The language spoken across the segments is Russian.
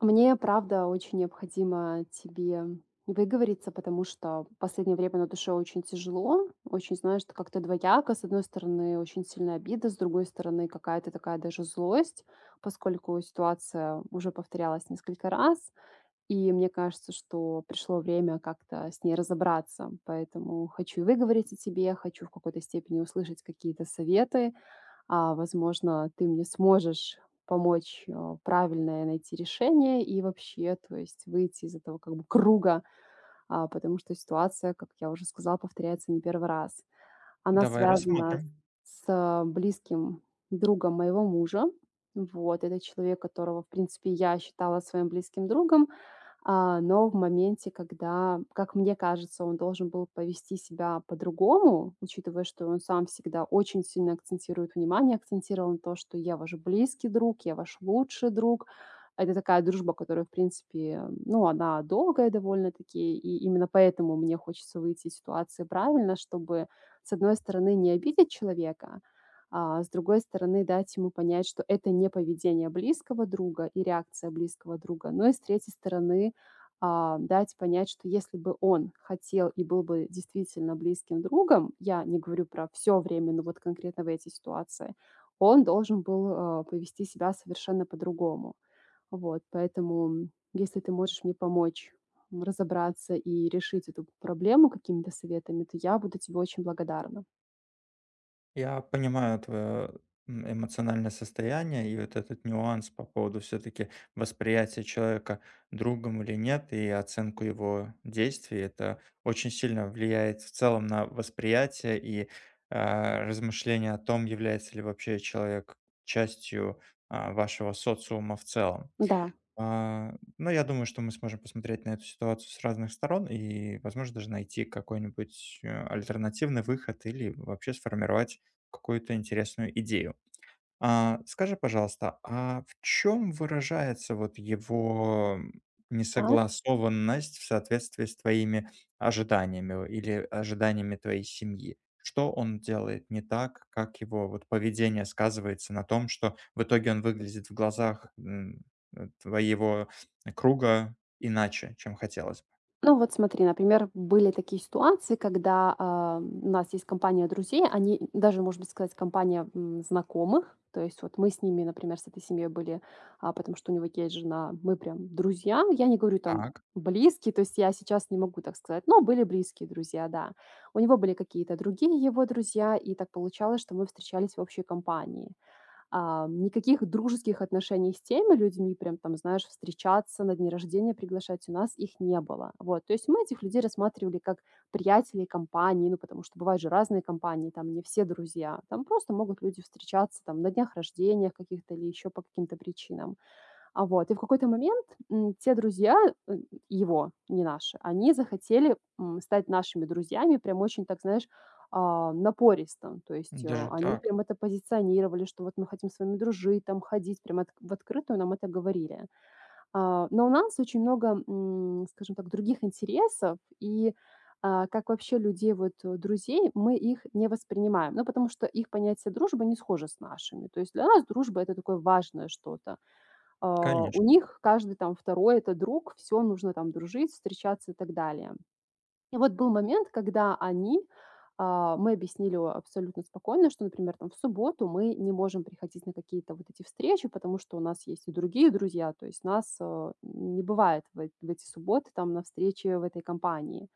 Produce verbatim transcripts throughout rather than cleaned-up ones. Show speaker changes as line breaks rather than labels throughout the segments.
Мне, правда, очень необходимо тебе выговориться, потому что в последнее время на душе очень тяжело, очень, знаешь, т- как-то двояко. С одной стороны, очень сильная обида, с другой стороны, какая-то такая даже злость, поскольку ситуация уже повторялась несколько раз, и мне кажется, что пришло время как-то с ней разобраться. Поэтому хочу и выговориться тебе, хочу в какой-то степени услышать какие-то советы, а, возможно, ты мне сможешь помочь, а, правильное найти решение и вообще, то есть выйти из этого как бы круга, а, потому что ситуация, как я уже сказала, повторяется не первый раз. Она
Давай
связана
рассмотрим.
с близким другом моего мужа. Вот, это человек, которого, в принципе, я считала своим близким другом, а, но в моменте, когда, как мне кажется, он должен был повести себя по-другому, учитывая, что он сам всегда очень сильно акцентирует внимание, акцентировал на то, что я ваш близкий друг, я ваш лучший друг. Это такая дружба, которая, в принципе, ну, она долгая довольно-таки, и именно поэтому мне хочется выйти из ситуации правильно, чтобы, с одной стороны, не обидеть человека, а с другой стороны, дать ему понять, что это не поведение близкого друга и реакция близкого друга, но и с третьей стороны, а, дать понять, что если бы он хотел и был бы действительно близким другом, я не говорю про все время, но вот конкретно в этой ситуации, он должен был а, повести себя совершенно по-другому. Вот, поэтому, м, если ты можешь мне помочь м, разобраться и решить эту проблему какими-то советами, то я буду тебе очень благодарна.
Я понимаю твое м, эмоциональное состояние и вот этот нюанс по поводу все-таки восприятия человека другом или нет и оценку его действий. Это очень сильно влияет в целом на восприятие и а, размышление о том, является ли вообще человек частью а, вашего социума в целом.
Да.
А, но я думаю, что мы сможем посмотреть на эту ситуацию с разных сторон и, возможно, даже найти какой-нибудь э, альтернативный выход или вообще сформировать какую-то интересную идею. А, скажи, пожалуйста, а в чем выражается вот его
Так.
несогласованность в соответствии с твоими ожиданиями или ожиданиями твоей семьи? Что он делает не так, как его вот поведение сказывается на том, что в итоге он выглядит в глазах м, э, твоего круга иначе, чем хотелось бы?
Ну вот смотри, например, были такие ситуации, когда а, у нас есть компания друзей, они даже, можно сказать, компания м, знакомых. То есть вот мы с ними, например, с этой семьей были, а, потому что у него есть жена, мы прям друзья. Я не говорю там
Так,
близкие, то есть я сейчас не могу так сказать, но были близкие друзья, да. У него были какие-то другие его друзья, и так получалось, что мы встречались в общей компании. А, никаких дружеских отношений с теми людьми, прям там, знаешь, встречаться на дни рождения, приглашать, у нас их не было. Вот, то есть мы этих людей рассматривали как приятелей компании, ну, потому что бывают же разные компании, там не все друзья. Там просто могут люди встречаться там на днях рождения каких-то или еще по каким-то причинам. А вот, и в какой-то момент, м, те друзья, э, его, не наши, они захотели, м, стать нашими друзьями, прям очень, так знаешь, а, напористо. То есть, э,
даже
они
так,
прям это позиционировали, что вот мы хотим с вами дружить, там ходить, прям отк в открытую нам это говорили. А, но у нас очень много, м, скажем так, других интересов, и, а, как вообще людей, вот, э, друзей, мы их не воспринимаем. Ну, потому что их понятие дружбы не схоже с нашими. То есть для нас дружба — это такое важное что-то. А, у
конечно,
них каждый там второй это друг, все нужно там дружить, встречаться и так далее. И вот был момент, когда они а, мы объяснили о абсолютно спокойно, что, например, там в субботу мы не можем приходить на какие-то вот эти встречи, потому что у нас есть и другие друзья, то есть нас, э, не бывает в эт в эти субботы там на встрече в этой компании.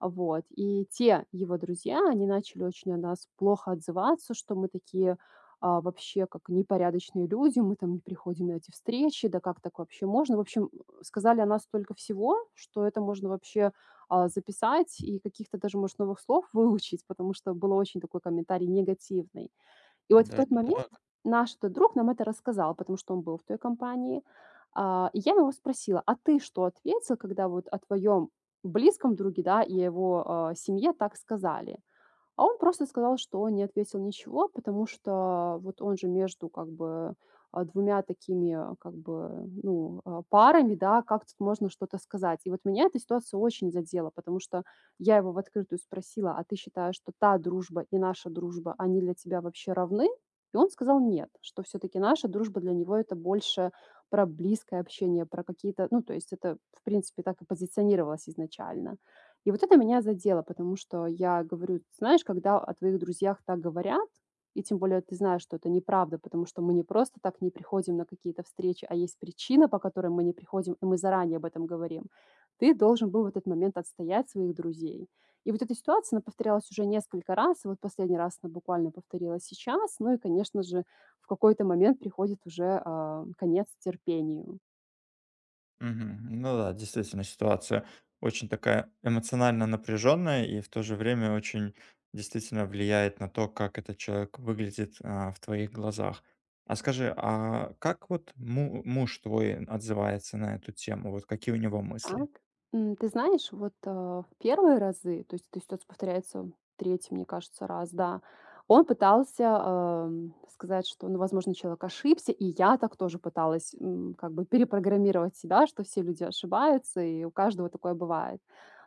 Вот. И те его друзья, они начали очень о нас плохо отзываться, что мы такие а, вообще как непорядочные люди, мы там не приходим на эти встречи, да как так вообще можно? В общем, сказали о нас столько всего, что это можно вообще а, записать и каких-то даже, может, новых слов выучить, потому что был очень такой комментарий негативный. И вот в
даже
тот момент
так.
наш этот друг нам это рассказал, потому что он был в той компании. А, и я его спросила: «А ты что ответил, когда вот о твоем близком друге, да, и его, а, семье так сказали?» А он просто сказал, что он не ответил ничего, потому что вот он же между как бы а, двумя такими а, как бы, ну, а, парами, да, как тут можно что-то сказать. И вот меня эта ситуация очень задела, потому что я его в открытую спросила: а ты считаешь, что та дружба и наша дружба, они для тебя вообще равны? И он сказал нет, что все-таки наша дружба для него это больше про близкое общение, про какие-то, ну, то есть это, в принципе, так и позиционировалось изначально. И вот это меня задело, потому что я говорю: знаешь, когда о твоих друзьях так говорят, и тем более ты знаешь, что это неправда, потому что мы не просто так не приходим на какие-то встречи, а есть причина, по которой мы не приходим, и мы заранее об этом говорим. Ты должен был в этот момент отстоять своих друзей. И вот эта ситуация, она повторялась уже несколько раз, и вот последний раз она буквально повторилась сейчас. Ну и, конечно же, в какой-то момент приходит уже, а, конец терпению.
Мгм. Ну да, действительно, ситуация очень такая эмоционально напряженная и в то же время очень действительно влияет на то, как этот человек выглядит а, в твоих глазах. А скажи, а как вот му- муж твой отзывается на эту тему? Вот какие у него
Так.
мысли?
М, ты знаешь, вот, э, в первые разы, то есть эта ситуация повторяется третий, мне кажется, раз, да, он пытался, эм, сказать, что, ну, возможно, человек ошибся, и я так тоже пыталась, м, как бы перепрограммировать себя, что все люди ошибаются, и у каждого такое бывает.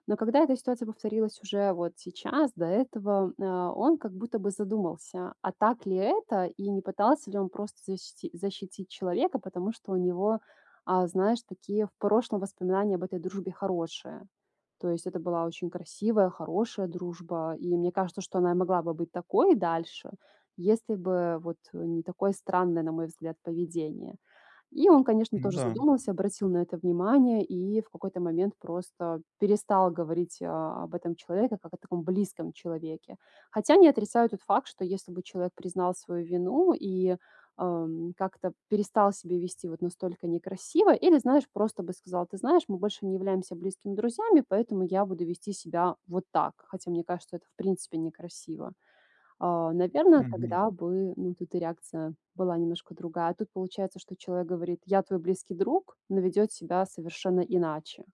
Но когда эта ситуация повторилась уже вот сейчас, до этого, э, он как будто бы задумался, а так ли это, и не пытался ли он просто защити защитить человека, потому что у него а, знаешь, такие в прошлом воспоминания об этой дружбе хорошие. То есть это была очень красивая, хорошая дружба, и мне кажется, что она и могла бы быть такой и дальше, если бы вот не такое странное, на мой взгляд, поведение. И он, конечно,
Ну
тоже
да.
задумался, обратил на это внимание и в какой-то момент просто перестал говорить а, об этом человеке как о таком близком человеке. Хотя не отрицаю тот факт, что если бы человек признал свою вину и Ам, как-то перестал себя вести вот настолько некрасиво, или, знаешь, просто бы сказал: «Ты знаешь, мы больше не являемся близкими друзьями, поэтому я буду вести себя вот так». Хотя мне кажется, это в принципе некрасиво. А, наверное, тогда бы, ну, тут и реакция была немножко другая. А тут получается, что человек говорит: «Я твой близкий друг», но ведет себя совершенно иначе.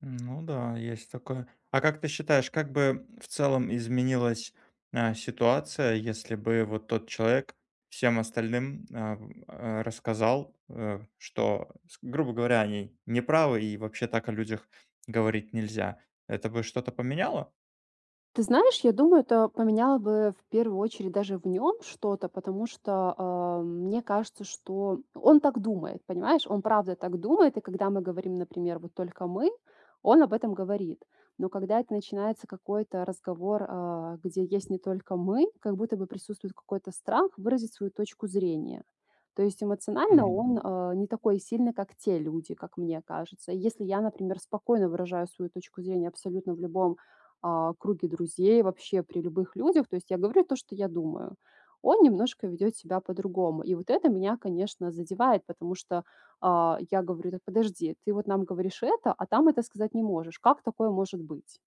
Ну да, есть такое. А как ты считаешь, как бы в целом изменилась, а, ситуация, если бы вот тот человек всем остальным, а, в а, рассказал, э, что, с грубо говоря, они неправы и вообще так о людях говорить нельзя? Это бы что-то поменяло?
Ты знаешь, я думаю, это поменяло бы в первую очередь даже в нем что-то, потому что а, мне кажется, что он так думает, понимаешь, он правда так думает, и когда мы говорим, например, вот только мы, он об этом говорит. Но когда это начинается какой-то разговор, а, где есть не только мы, как будто бы присутствует какой-то страх выразить свою точку зрения. То есть эмоционально
Мгм.
он а, не такой сильный, как те люди, как мне кажется. И если я, например, спокойно выражаю свою точку зрения абсолютно в любом а, круге друзей, вообще при любых людях. То есть я говорю то, что я думаю. Он немножко ведет себя по-другому. И вот это меня, конечно, задевает, потому что а, я говорю: так подожди, ты вот нам говоришь это, а там это сказать не можешь. Как такое может быть?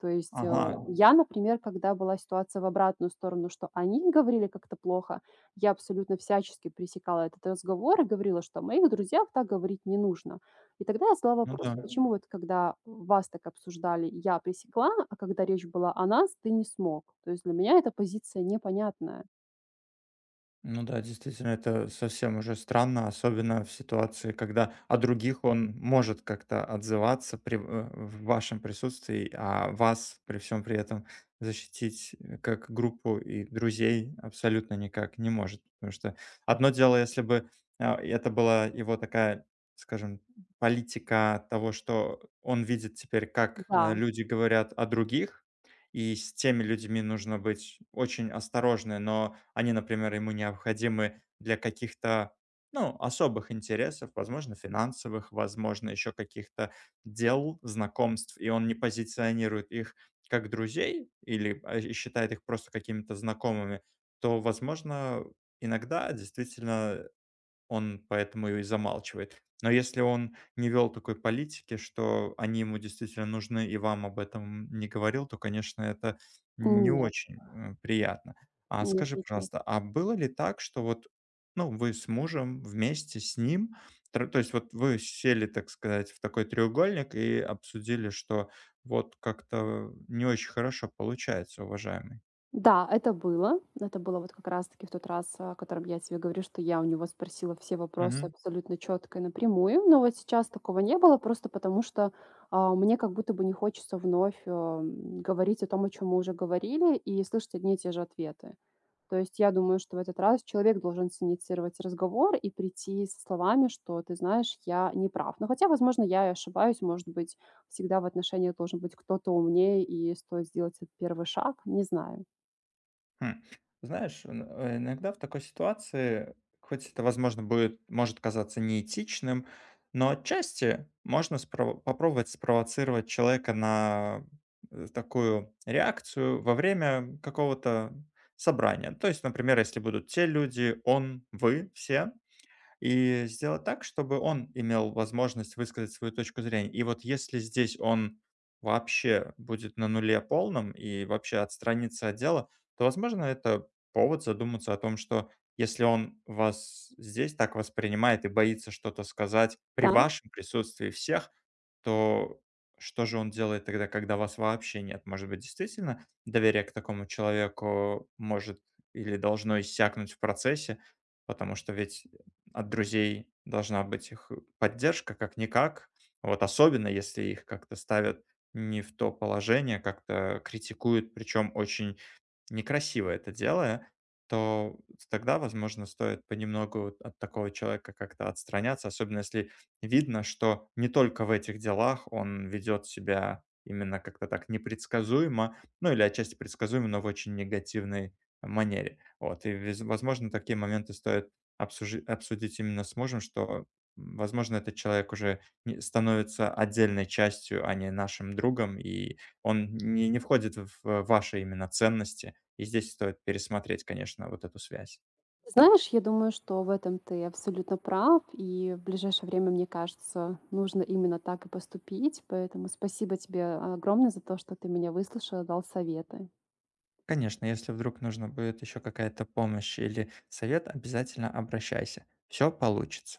То есть, э,
Ага,
я, например, когда была ситуация в обратную сторону, что они говорили как-то плохо, я абсолютно всячески пресекала этот разговор и говорила, что о моих друзьях так говорить не нужно. И тогда я задала
ну
вопрос:
да.
Да. «Почему вот когда вас так обсуждали, я пресекла, а когда речь была о нас, ты не смог?» То есть для меня эта позиция непонятная.
Ну да, действительно, это совсем уже странно, особенно в ситуации, когда о других он может как-то отзываться при, э, в вашем присутствии, а вас при всем при этом защитить э, как группу и друзей абсолютно никак не может. Потому что одно дело, если бы а, это была его такая, скажем, политика того, что он видит теперь, как э,
Да.
люди говорят о других, и с теми людьми нужно быть очень осторожны, но они, например, ему необходимы для каких-то, ну, особых интересов, возможно, финансовых, возможно, еще каких-то дел, знакомств, и он не позиционирует их как друзей или а, и считает их просто какими-то знакомыми, то, возможно, иногда действительно он поэтому и замалчивает. Но если он не вел такой политики, что они ему действительно нужны и вам об этом не говорил, то, конечно, это не
Нет,
очень, э, приятно. А скажи,
нет-нет-нет.
пожалуйста, а было ли так, что вот, ну, вы с мужем вместе с ним, тр то есть вот вы сели, так сказать, в такой треугольник и обсудили, что вот как-то не очень хорошо получается, уважаемый?
Да, это было. Это было вот как раз-таки в тот раз, о котором я тебе говорю, что я у него спросила все вопросы абсолютно четко и напрямую. Но вот сейчас такого не было, просто потому что а, мне как будто бы не хочется вновь э, м, говорить о том, о чем мы уже говорили, и слышать одни и те же ответы. То есть я думаю, что в этот раз человек должен синициировать разговор и прийти со словами: что ты знаешь, я не прав. Но хотя, возможно, я и ошибаюсь, может быть, всегда в отношениях должен быть кто-то умнее, и стоит сделать этот первый шаг, не знаю.
Хм. Знаешь, н э, иногда в такой ситуации, хоть это, возможно, будет может казаться неэтичным, но отчасти можно спрово попробовать спровоцировать человека на, э, такую реакцию во время какого-то собрания. То есть, например, если будут те люди, он, вы, все. И сделать так, чтобы он имел возможность высказать свою точку зрения. И вот если здесь он вообще будет на нуле полном и вообще отстранится от дела, то, возможно, это повод задуматься о том, что если он вас здесь так воспринимает и боится что-то сказать при
Да.
вашем присутствии всех, то что же он делает тогда, когда вас вообще нет? Может быть, действительно доверие к такому человеку может или должно иссякнуть в процессе, потому что ведь от друзей должна быть их поддержка как-никак. Вот особенно, если их как-то ставят не в то положение, как-то критикуют, причем очень некрасиво это делая, то тогда, возможно, стоит понемногу вот от такого человека как-то отстраняться, особенно если видно, что не только в этих делах он ведет себя именно как-то так непредсказуемо, ну или отчасти предсказуемо, но в очень негативной манере. Вот. И, вез- возможно, такие моменты стоит обсужи- обсудить именно с мужем, что, м, возможно, этот человек уже не- становится отдельной частью, а не нашим другом, и он не, не входит в э, ваши именно ценности, и здесь стоит пересмотреть, конечно, вот эту связь.
Знаешь, я думаю, что в этом ты абсолютно прав, и в ближайшее время, мне кажется, нужно именно так и поступить. Поэтому спасибо тебе огромное за то, что ты меня выслушала, дал советы.
Конечно, если вдруг нужна будет еще какая-то помощь или совет, обязательно обращайся. Все получится.